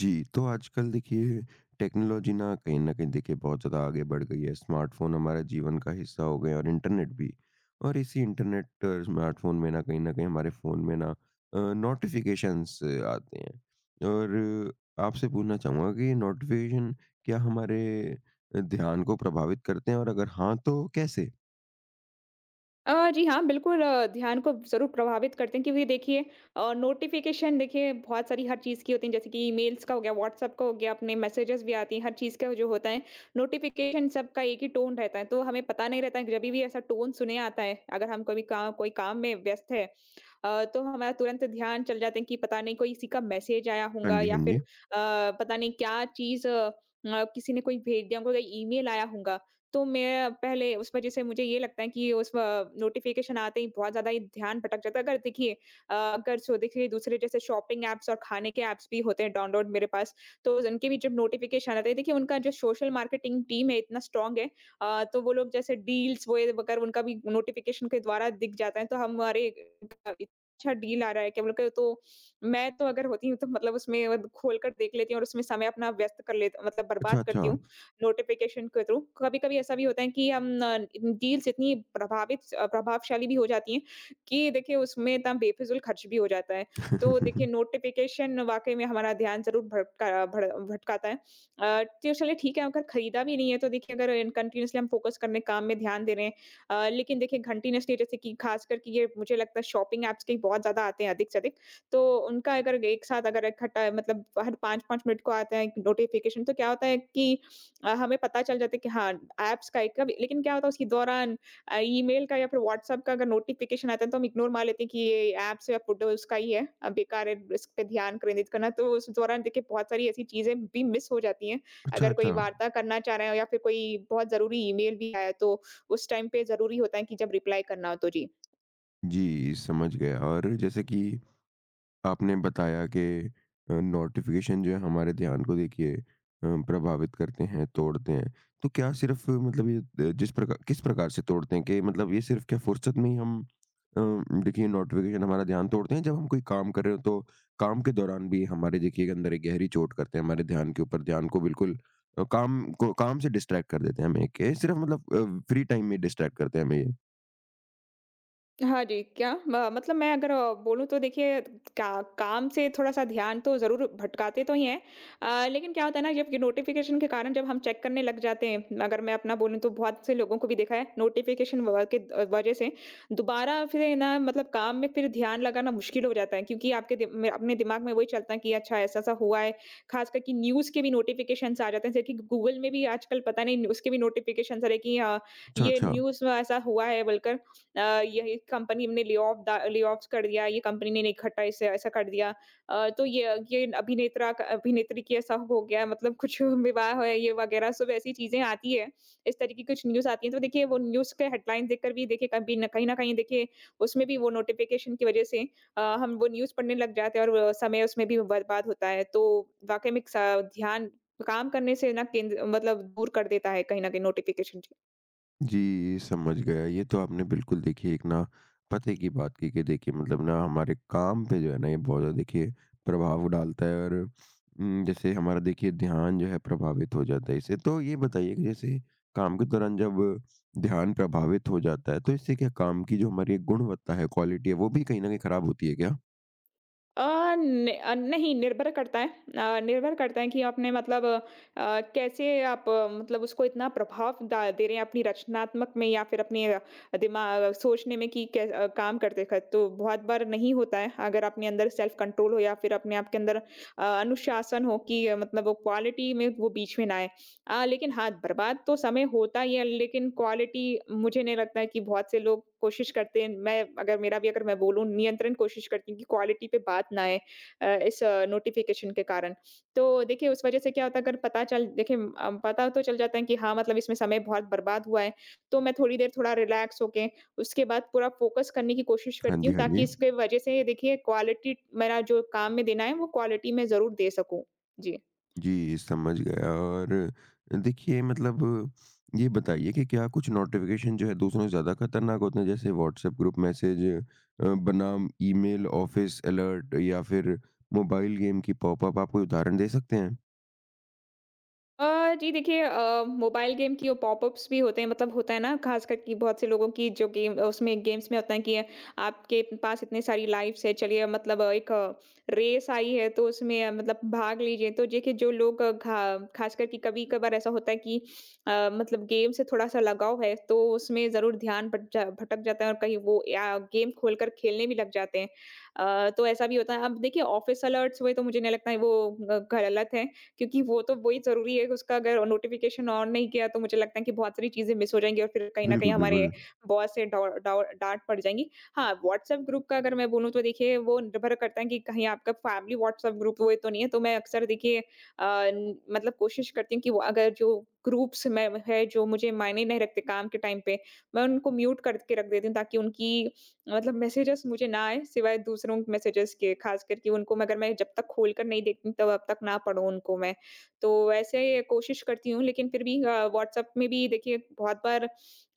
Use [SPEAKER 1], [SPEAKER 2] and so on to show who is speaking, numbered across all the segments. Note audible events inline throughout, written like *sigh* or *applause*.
[SPEAKER 1] जी, तो आजकल देखिए टेक्नोलॉजी ना कहीं न कहीं देखिए बहुत ज़्यादा आगे बढ़ गई है। स्मार्टफ़ोन हमारे जीवन का हिस्सा हो गए हैं और इंटरनेट भी। और इसी इंटरनेट स्मार्टफ़ोन में ना कहीं न कहीं हमारे फ़ोन में ना नोटिफ़िकेशंस आते हैं। और आपसे पूछना चाहूँगा कि नोटिफ़िकेशन क्या हमारे ध्यान को प्रभावित करते हैं और अगर हाँ, तो कैसे?
[SPEAKER 2] जी हाँ, बिल्कुल ध्यान को ज़रूर प्रभावित करते हैं क्योंकि देखिए नोटिफ़िकेशन देखिए बहुत सारी हर चीज़ की होती हैं, जैसे कि ईमेल्स का हो गया, व्हाट्सएप का हो गया, अपने मैसेजेस भी आती हैं, हर चीज़ का जो होता है, नोटिफ़िकेशन सबका एक ही टोन रहता है, तो हमें पता नहीं रहता है कि जभी भी ऐसा टोन सुने आता है, अगर हम कभी काम में व्यस्त है तो हमारा तुरंत ध्यान चल जाते हैं कि पता नहीं कोई किसी का मैसेज आया
[SPEAKER 1] हाँ
[SPEAKER 2] होगा
[SPEAKER 1] जी,
[SPEAKER 2] या
[SPEAKER 1] हाँ
[SPEAKER 2] फिर
[SPEAKER 1] जी।
[SPEAKER 2] पता नहीं क्या चीज़ किसी ने कोई भेज दिया होगा, ईमेल आया होगा। तो मैं पहले उस वज़ह से मुझे ये लगता है कि उस नोटिफ़िकेशन आते ही बहुत ज़्यादा ही ध्यान भटक जाता है। अगर देखिए अगर सो देखिए दूसरे जैसे शॉपिंग ऐप्स और खाने के ऐप्स भी होते हैं डाउनलोड मेरे पास, तो उनके भी जब नोटिफ़िकेशन आते हैं देखिए उनका जो सोशल मार्केटिंग टीम है इतना स्ट्रॉन्ग है। तो वो लोग जैसे डील्स वो ये अगर उनका भी नोटिफ़िकेशन के द्वारा दिख जाता है तो हमारे अ, अच्छा डील आ रहा है, क्या बोल के तो मैं तो अगर होती हूँ तो मतलब उसमें खोलकर देख लेती हूँ और उसमें समय अपना व्यस्त कर लेती मतलब बर्बाद
[SPEAKER 1] अच्छा, अच्छा।
[SPEAKER 2] करती हूँ। नोटिफ़िकेशन के थ्रू। कभी-कभी ऐसा भी होता है कि हम डील्स प्रभावशाली भी हो जाती हैं कि देखिए उसमें इतना बेफिज़ूल खर्च भी हो जाता है। तो देखिए
[SPEAKER 1] *laughs*
[SPEAKER 2] नोटिफ़िकेशन वाक़ई में हमारा ध्यान ज़रूर भटकाता है। तो चलिए ठीक है अगर खरीदा भी नहीं है तो देखिए अगर इन कंटीन्यूअसली हम फ़ोकस करने काम में ध्यान दे रहे हैं। लेकिन देखिए कंटीन्यूअसली जैसे कि ख़ासकर कि ये मुझे लगता है शॉपिंग ऐप्स के बहुत ज़्यादा आते हैं अधिक से अधिक। तो उनका अगर एक साथ अगर इकट्ठा मतलब हर 5-5 मिनट को आता है नोटिफ़िकेशन तो क्या होता है कि हमें पता चल जाता है कि हाँ, ऐप्स का एक कब लेकिन क्या होता है उसके दौरान ईमेल का या फिर व्हाट्सएप का अगर नोटिफ़िकेशन आता है तो हम इग्नोर मार लेते हैं कि ये ऐप्स या फोटो उसका ही है। बेकार है इस पे ध्यान केंद्रित करना। तो उस दौरान देखिए बहुत सारी ऐसी चीज़ें भी मिस हो जाती हैं।
[SPEAKER 1] अच्छा,
[SPEAKER 2] अगर कोई
[SPEAKER 1] अच्छा।
[SPEAKER 2] वार्ता करना चाह रहे हो या फिर कोई बहुत ज़रूरी ईमेल भी आया है तो उस टाइम पे ज़रूरी होता है कि जब रिप्लाई करना हो तो। जी।
[SPEAKER 1] जी, समझ गया और जैसे कि आपने बताया कि नोटिफिकेशन जो है हमारे ध्यान को देखिए प्रभावित करते हैं, तोड़ते हैं। तो क्या सिर्फ़ मतलब ये जिस प्रकार किस प्रकार से तोड़ते हैं कि मतलब ये सिर्फ़ क्या फुर्सत में ही हम अ, देखिए नोटिफिकेशन हमारा ध्यान तोड़ते हैं जब हम कोई काम कर रहे हो तो काम के दौरान भी हमारे देखिए एक अंदर एक गहरी चोट करते हैं हमारे ध्यान के ऊपर, ध्यान को बिल्कुल काम को काम से डिस्ट्रैक्ट कर देते हैं हमें के सिर्फ़ मतलब फ्री टाइम में डिस्ट्रैक्ट करते हैं हमें ये?
[SPEAKER 2] हाँ जी, क्या? म मतलब मैं अगर बोलूँ तो देखिए का काम से थोड़ा-सा ध्यान तो ज़रूर भटकाते तो ही हैं। लेकिन क्या होता है ना जब ये नोटिफ़िकेशन के कारण जब हम चेक करने लग जाते हैं, अगर मैं अपना बोलूँ तो बहुत से लोगों को भी देखा है नोटिफ़िकेशन वज़ह से दोबारा फिर ना मतलब काम में फिर ध्यान लगाना मुश्किल हो जाता है क्योंकि आपके दि में अपने दिमाग में वही चलता है कि अच्छा ऐसा-ऐसा हुआ है। ख़ासकर कि न्यूज़ के भी नोटिफ़िकेशंस आ जाते हैं, जैसे कि गूगल में भी आजकल पता नहीं उसके भी नोटिफ़िकेशंस आ रहे हैं कि
[SPEAKER 1] अच्छा,
[SPEAKER 2] ये
[SPEAKER 1] अच्छा।
[SPEAKER 2] न्यूज़ में ऐसा हुआ है बोलकर। यही कंपनी ने ले ऑफ दा ले ऑफ्स कर दिया, ये कंपनी ने इकट्ठा ऐसे ऐसा कर दिया। तो ये अभिनेत्रा क अभिनेत्री की ऐसा हो गया मतलब कुछ *laughs* विवाह है ये वगैरह सब ऐसी चीज़ें आती है। इस तरीके की कुछ न्यूज़ आती है तो देखिए वो न्यूज़ के हेडलाइन देखकर भी देखिए कभी न कहीं न कहीं देखिए उसमें भी वो नोटिफ़िकेशन की वज़ह से हम वो न्यूज़ पढ़ने लग जाते हैं और वो समय उसमें भी बर्बाद होता है। तो वाक़ई में एक सा ध्यान काम करने से ना केंद्र मतलब दूर कर देता है कहीं न कहीं नोटिफ़िकेशन।
[SPEAKER 1] जी, समझ गया। ये तो आपने बिल्कुल देखिए एक ना पते की बात की कि देखिए मतलब ना हमारे काम पे जो है ना ये बहुत ज़्यादा देखिए प्रभाव डालता है और जैसे हमारा देखिए ध्यान जो है प्रभावित हो जाता है इससे। तो ये बताइए कि जैसे काम के दौरान जब ध्यान प्रभावित हो जाता है तो इससे क्या काम की जो हमारी गुणवत्ता है, क्वालिटी है वो भी कहीं न कहीं खराब होती है क्या?
[SPEAKER 2] अ, न अ, नहीं निर्भर करता है, निर्भर करता है कि आपने मतलब कैसे आप मतलब उसको इतना प्रभाव दा दे रहे हैं अपनी रचनात्मक में या फिर अपने दिमाग सोचने में कि काम करते वक़्त तो बहुत बार नहीं होता है। अगर अपने अंदर सेल्फ कंट्रोल हो या फिर अपने आप के अंदर अनुशासन हो कि मतलब वो क्वालिटी में वो बीच में ना आए। लेकिन हाँ, बर्बाद तो समय होता ही है, लेकिन क्वालिटी मुझे नहीं लगता है कि बहुत से लोग कोशिश करते हैं। मैं अगर मेरा भी अगर मैं बोलूँ नियंत्रण कोशिश करती हूँ कि क्वालिटी पे बात ना आए इस नोटिफ़िकेशन के कारण। तो देखिए उस वज़ह से क्या होता है अगर पता चल देखिए पता तो चल जाता है कि हाँ, मतलब इसमें समय बहुत बर्बाद हुआ है। तो मैं थोड़ी देर थोड़ा रिलैक्स होके उसके बाद पूरा फ़ोकस करने की कोशिश
[SPEAKER 1] हाँ
[SPEAKER 2] करती
[SPEAKER 1] जी,
[SPEAKER 2] हूँ
[SPEAKER 1] हाँ
[SPEAKER 2] ताकि
[SPEAKER 1] जी।
[SPEAKER 2] इसके वज़ह से देखिए क्वालिटी मेरा जो काम में देना है वो क्वालिटी मैं ज़रूर दे सकूँ। जी।
[SPEAKER 1] जी, समझ गया और देखिए मतलब ये बताइए कि क्या कुछ नोटिफ़िकेशन जो है दूसरों से ज़्यादा खतरनाक होते हैं? जैसे व्हाट्सएप ग्रुप मैसेज बनाम ईमेल, ऑफ़िस अलर्ट या फिर मोबाइल गेम की पॉपअप, आप कोई उदाहरण दे सकते हैं?
[SPEAKER 2] जी देखिए मोबाइल गेम की वो पॉपअप्स भी होते हैं मतलब होता है ना, खासकर कि बहुत से लोगों की जो गेम उसमें गेम्स में होता है कि आपके पास इतनी सारी लाइफ्स है, चलिए मतलब एक रेस आई है तो उसमें मतलब भाग लीजिए तो देखिए जो लोग खासकर कि कभी कभार ऐसा होता है कि मतलब गेम से थोड़ा सा लगाव है तो उसमें जरूर ध्यान भटक जाता है और कहीं गेम खोलकर खेलने भी लग जाते हैं। तो ऐसा भी होता है, अब देखिए ऑफिस अलर्ट्स हुए तो मुझे नहीं लगता है वो गलत है, क्योंकि वो तो वही ज़रूरी है कि उसका अगर नोटिफ़िकेशन ऑन नहीं किया तो मुझे लगता है कि बहुत सारी चीज़ें मिस हो जाएँगी और फिर कहीं न कहीं
[SPEAKER 1] बिल्कुल,
[SPEAKER 2] हमारे
[SPEAKER 1] बिल्कुल।
[SPEAKER 2] बॉस से डौ डौ डाँट पड़ जाएँगी। हाँ, व्हाट्सएप ग्रुप का अगर मैं बोलूँ तो देखिए वो निर्भर करता है कि कहीं आपका फैमिली व्हाट्सएप ग्रुप वो तो नहीं है, तो मैं अक्सर देखिए मतलब कोशिश करती हूँ कि वो अगर जो ग्रुप्स में है जो मुझे मायने नहीं रखते काम के टाइम पे, मैं उनको म्यूट करके रख देती हूँ ताकि उनकी मतलब मैसेजेस मुझे ना आए सिवाय दूसरों के मैसेजेस के, ख़ासकर कि उनको अगर मैं जब तक खोल कर नहीं देखती तब अब तक ना पढूँ उनको मैं। तो वैसे कोशिश करती हूँ लेकिन फिर भी व्हाट्सएप में भी देखिए बहुत बार अ,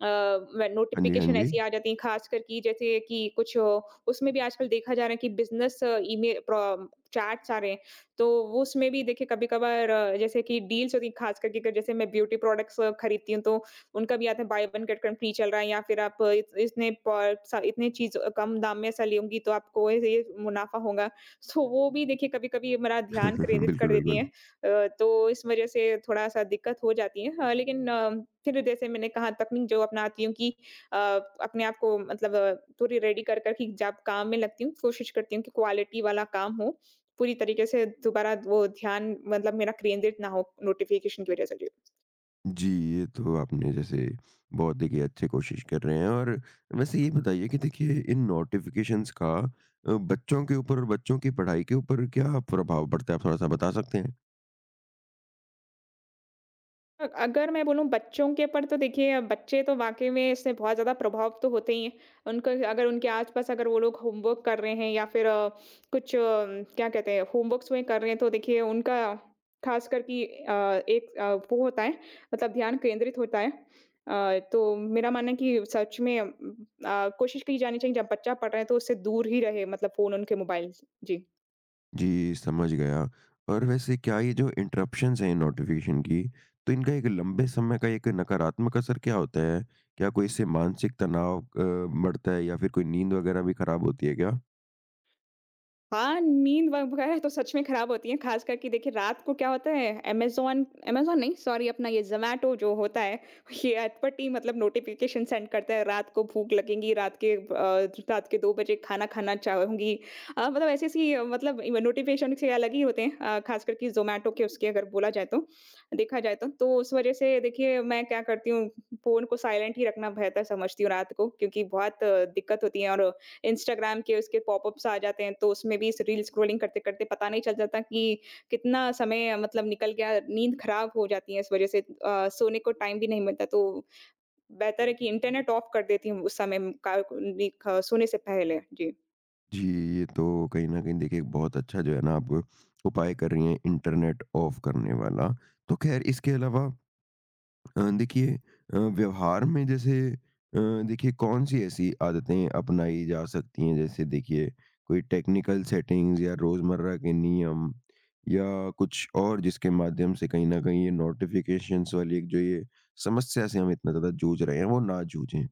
[SPEAKER 2] व
[SPEAKER 1] हाँ जी, हाँ
[SPEAKER 2] नोटिफ़िकेशन
[SPEAKER 1] जी।
[SPEAKER 2] ऐसी आ जाती है, ख़ासकर कि जैसे कि कुछ उसमें भी आजकल देखा जा रहा है कि बिज़नेस ईमेल प्र चैट्स आ रहे हैं। तो वो उसमें भी देखिए कभी-कभार जैसे कि डील्स होती हैं, ख़ासकर कि जैसे मैं ब्यूटी प्रोडक्ट्स खरीदती हूँ तो उनका भी आता है buy one get one free चल रहा है या फिर आप इत इतने प सा इतने चीज़ कम दाम में ऐसा लूँगी तो आपको ऐसे ये मुनाफ़ा होगा। सो वो भी देखिए कभी-कभी मेरा ध्यान
[SPEAKER 1] *laughs*
[SPEAKER 2] केंद्रित कर
[SPEAKER 1] बिल्कुल,
[SPEAKER 2] देती हैं।
[SPEAKER 1] बिल्कुल।
[SPEAKER 2] तो इस वज़ह से थोड़ा-सा दिक्कत हो जाती है। फिर जैसे मैंने कहा तकनीक जो अपनाती हूँ कि अपने आप को मतलब पूरी रेडी कर कर कि जब काम में लगती हूँ, कोशिश करती हूँ कि क्वालिटी वाला काम हो। पूरी तरीके से दोबारा वो ध्यान मतलब मेरा केंद्रित ना हो नोटिफ़िकेशन की वज़ह से। जी।
[SPEAKER 1] जी, ये तो आपने जैसे बहुत देखिए अच्छे कोशिश कर रहे हैं और वैसे ये बताइए कि देखिए इन नोटिफ़िकेशंस का बच्चों के ऊपर और बच्चों की पढ़ाई के ऊपर क्या प्रभाव पड़ता है? आप थोड़ा-सा बता सकते हैं?
[SPEAKER 2] अ अगर मैं बोलूँ बच्चों के ऊपर तो देखिए बच्चे तो वाक़ई में इससे बहुत ज़्यादा प्रभाव तो होते ही हैं। उनको अगर उनके आस-पास अगर वो लोग होमवर्क कर रहे हैं या फिर कुछ अ, क्या कहते हैं होमवर्क्स में कर रहे हैं तो देखिए उनका ख़ासकर कि एक वो होता है मतलब ध्यान केंद्रित होता है। तो मेरा मानना है कि सच में कोशिश की जानी चाहिए जब बच्चा पढ़ रहा है तो उससे दूर ही रहे मतलब फ़ोन उनके मोबाइल। जी।
[SPEAKER 1] जी, समझ गया और वैसे क्या ये जो इंटरप्शंस हैं नोटिफ़िकेशन की, तो इनका एक लंबे समय का एक नकारात्मक असर क्या होता है? क्या कोई इससे मानसिक तनाव बढ़ता है या फिर कोई नींद वगैरह भी खराब होती है क्या?
[SPEAKER 2] हाँ, नींद वगैरह तो सच में खराब होती है, ख़ासकर कि देखिए रात को क्या होता है अमेज़न अमेज़न नहीं सॉरी अपना ये ज़ोमैटो जो होता है, *laughs* ये अटपटी मतलब नोटिफ़िकेशन सेंड करता है, रात को भूख लगेगी, रात के 2 बजे खाना खाना चाहूँगी। मतलब ऐसी-ऐसी मतलब नोटिफ़िकेशन से अलग ही होते हैं, ख़ासकर कि ज़ोमैटो के उसके अगर बोला जाए तो, देखा जाए तो। तो उस वज़ह से देखिए मैं क्या करती हूँ, फ़ोन को साइलेंट ही रखना बेहतर समझती हूँ रात को क्योंकि बहुत दिक्कत होती है और इंस्टाग्राम के उसके पॉपअप्स आ जाते हैं, तो उसमें भी इस रील स्क्रॉलिंग करते-करते पता नहीं चल जाता कि कितना समय मतलब निकल गया, नींद खराब हो जाती है इस वजह से। सोने को टाइम भी नहीं मिलता, तो बेहतर है कि इंटरनेट ऑफ कर देती हूँ उस समय का नि ख सोने से पहले। जी।
[SPEAKER 1] जी, ये तो कहीं न कहीं देखिए एक बहुत अच्छा जो है ना आप उपाय कर रही हैं इंटरनेट ऑफ करने वाला। तो ख़ैर इसके अलावा देखिए व्यवहार में जैसे देखिए कौन-सी ऐसी आदतें अपनाई जा सकती हैं? जैसे देखिए कोई टेक्निकल सेटिंग्स या रोज़मर्रा के नियम या कुछ और जिसके माध्यम से कहीं न कहीं ये नोटिफ़िकेशंस वाली एक जो ये समस्या से हम इतना ज़्यादा जूझ रहे हैं वो ना जूझें?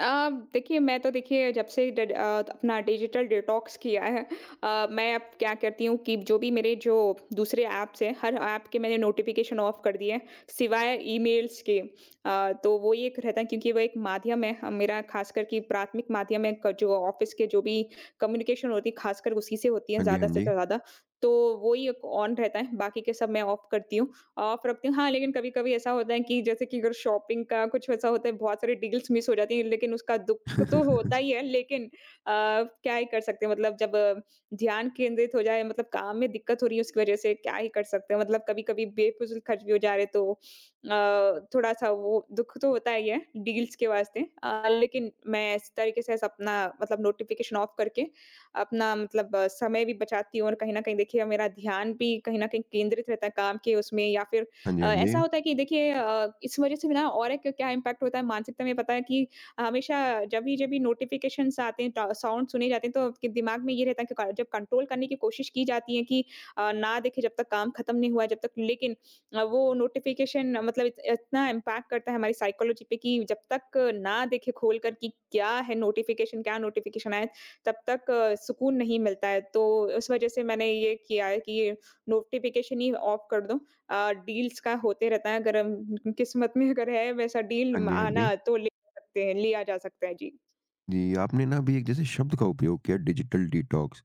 [SPEAKER 2] देखिए मैं तो देखिए जब से अपना डिजिटल डिटॉक्स किया है, मैं अब क्या करती हूँ कि जो भी मेरे जो दूसरे ऐप्स हैं, हर ऐप के मैंने नोटिफ़िकेशन ऑफ कर दिए हैं, सिवाय ईमेल्स के। तो वो ये एक रहता है क्योंकि वो एक माध्यम है, मेरा खासकर कि प्राथमिक माध्यम है क जो ऑफ़िस के जो भी कम्युनिकेशन होती है, खासकर उसी से होती है
[SPEAKER 1] हाँ जी,
[SPEAKER 2] ज़्यादा
[SPEAKER 1] हाँ
[SPEAKER 2] से
[SPEAKER 1] जी।
[SPEAKER 2] तो ज़्यादा। तो वो ही एक ऑन रहता है, बाकी के सब मैं ऑफ करती हूँ। ऑफ रखती हूँ। हाँ, लेकिन कभी-कभी ऐसा होता है कि जैसे कि अगर शॉपिंग का कुछ वैसा होता है, बहुत सारी डील्स मिस हो जाती हैं, लेकिन उसका दुःख तो होता
[SPEAKER 1] *laughs*
[SPEAKER 2] ही है, लेकिन क्या ही कर सकते हैं मतलब जब ध्यान केंद्रित हो जाए मतलब काम में दिक्कत हो रही है उसकी वजह से क्या ही कर सकते हैं। मतलब कभी-कभी बेफिज़ूल खर्च भी हो जा रहे हैं, तो थोड़ा-सा वो दुःख तो होता ही है डील्स के वास्ते। लेकिन मैं इस तरीके से ऐसा अपना मतलब नोटिफ़िकेशन ऑफ करके अपना मतलब समय भी बचाती हूँ और कहीं न कहीं देखिए मेरा ध्यान भी कहीं न कहीं केंद्रित रहता है काम के उसमें या फिर
[SPEAKER 1] हाँ जी, हाँ जी।
[SPEAKER 2] ऐसा होता है कि देखिए इस वजह से भी ना और एक क्या इम्पैक्ट होता है मानसिकता में पता है कि हमेशा जब भी नोटिफ़िकेशंस आते हैं, टा साउंड सुने जाते हैं तो आपके दिमाग में ये रहता है कि क जब कंट्रोल करने की कोशिश की जाती है कि ना देखें जब तक काम खत्म नहीं हुआ है, जब तक लेकिन वो नोटिफ़िकेशन मतलब इत इतना इम्पैक्ट करता है हमारी साइकोलॉजी पे कि जब तक ना देखें खोल कर कि क्या है नोटिफ़िकेशन, क्या नोटिफ़िकेशन आया तब तक सुकून नहीं मिलता है। तो उस वज़ह से मैंने ये किया है कि ये नोटिफ़िकेशन ही ऑफ कर दूँ। डील्स का होते रहता है अगर हम किस्मत में अगर है वैसा डील
[SPEAKER 1] हाँ
[SPEAKER 2] म
[SPEAKER 1] जी, हाँ जी।
[SPEAKER 2] आना तो ले सकते हैं लिया जा सकता है। जी।
[SPEAKER 1] जी, आपने ना अभी एक जैसे शब्द का उपयोग किया डिजिटल डिटॉक्स।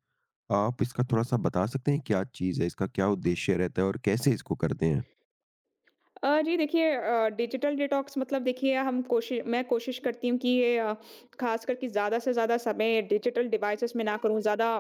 [SPEAKER 1] आप इसका थोड़ा-सा बता सकते हैं क्या चीज़ है, इसका क्या उद्देश्य रहता है और कैसे इसको करते हैं?
[SPEAKER 2] जी देखिए, डिजिटल डिटॉक्स मतलब देखिए हम कोशि मैं कोशिश करती हूँ कि ये ख़ास करके ज़्यादा से ज़्यादा समय डिजिटल डिवाइसेज़ में ना करूँ, ज़्यादा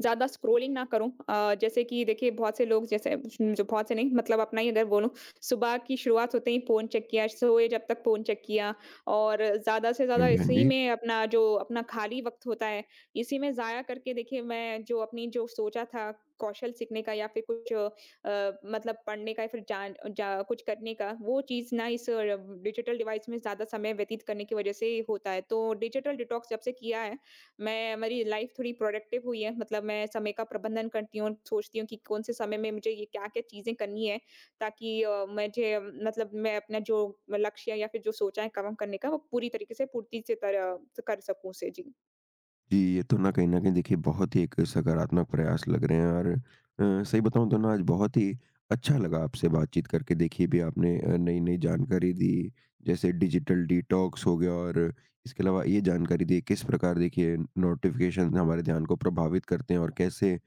[SPEAKER 2] ज़्यादा स्क्रॉलिंग ना करूँ। जैसे कि देखिए बहुत से लोग जैसे जो बहुत से नहीं मतलब अपना ही अगर बोलूँ, सुबह की शुरुआत होते ही फ़ोन चेक किया, सोए जब तक फ़ोन चेक किया और ज़्यादा से ज़्यादा
[SPEAKER 1] हाँ जी, हाँ
[SPEAKER 2] इसी
[SPEAKER 1] जी।
[SPEAKER 2] में अपना जो अपना खाली वक़्त होता है, इसी में ज़ाया करके देखिए मैं जो अपनी जो सोचा था कौशल सीखने का या फिर कुछ मतलब पढ़ने का या फिर जान जा कुछ करने का, वो चीज़ ना इस डिजिटल डिवाइस में ज़्यादा समय व्यतीत करने की वज़ह से होता है। तो डिजिटल डिटॉक्स जब से किया है मैं मेरी लाइफ थोड़ी प्रोडक्टिव हुई है, मतलब मैं समय का प्रबंधन करती हूँ, सोचती हूँ कि कौन से समय में मुझे ये क्या-क्या चीज़ें करनी है ताकि मुझे मतलब मैं अपना जो लक्ष्य या फिर जो सोचा है काम करने का वो पूरी तरीके से पूर्ति से तर कर सकूँ उसे। जी।
[SPEAKER 1] जी, ये तो ना कहीं न कहीं देखिए बहुत ही एक सकारात्मक प्रयास लग रहे हैं और सही बताऊँ तो ना आज बहुत ही अच्छा लगा आपसे बातचीत करके। देखिए भी आपने नई-नई जानकारी दी, जैसे डिजिटल डिटॉक्स हो गया और इसके अलावा ये जानकारी दी किस प्रकार देखिए नोटिफ़िकेशन हमारे ध्यान को प्रभावित करते हैं और कैसे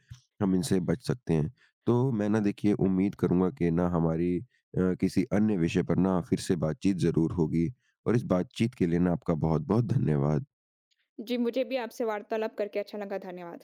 [SPEAKER 1] हम इनसे बच सकते हैं। तो मैं ना देखिए उम्मीद करूँगा कि ना हमारी किसी अन्य विषय पर ना फिर से बातचीत ज़रूर होगी और इस बातचीत के लिए ना आपका बहुत-बहुत धन्यवाद।
[SPEAKER 2] जी, मुझे भी आपसे वार्तालाप करके अच्छा लगा। धन्यवाद।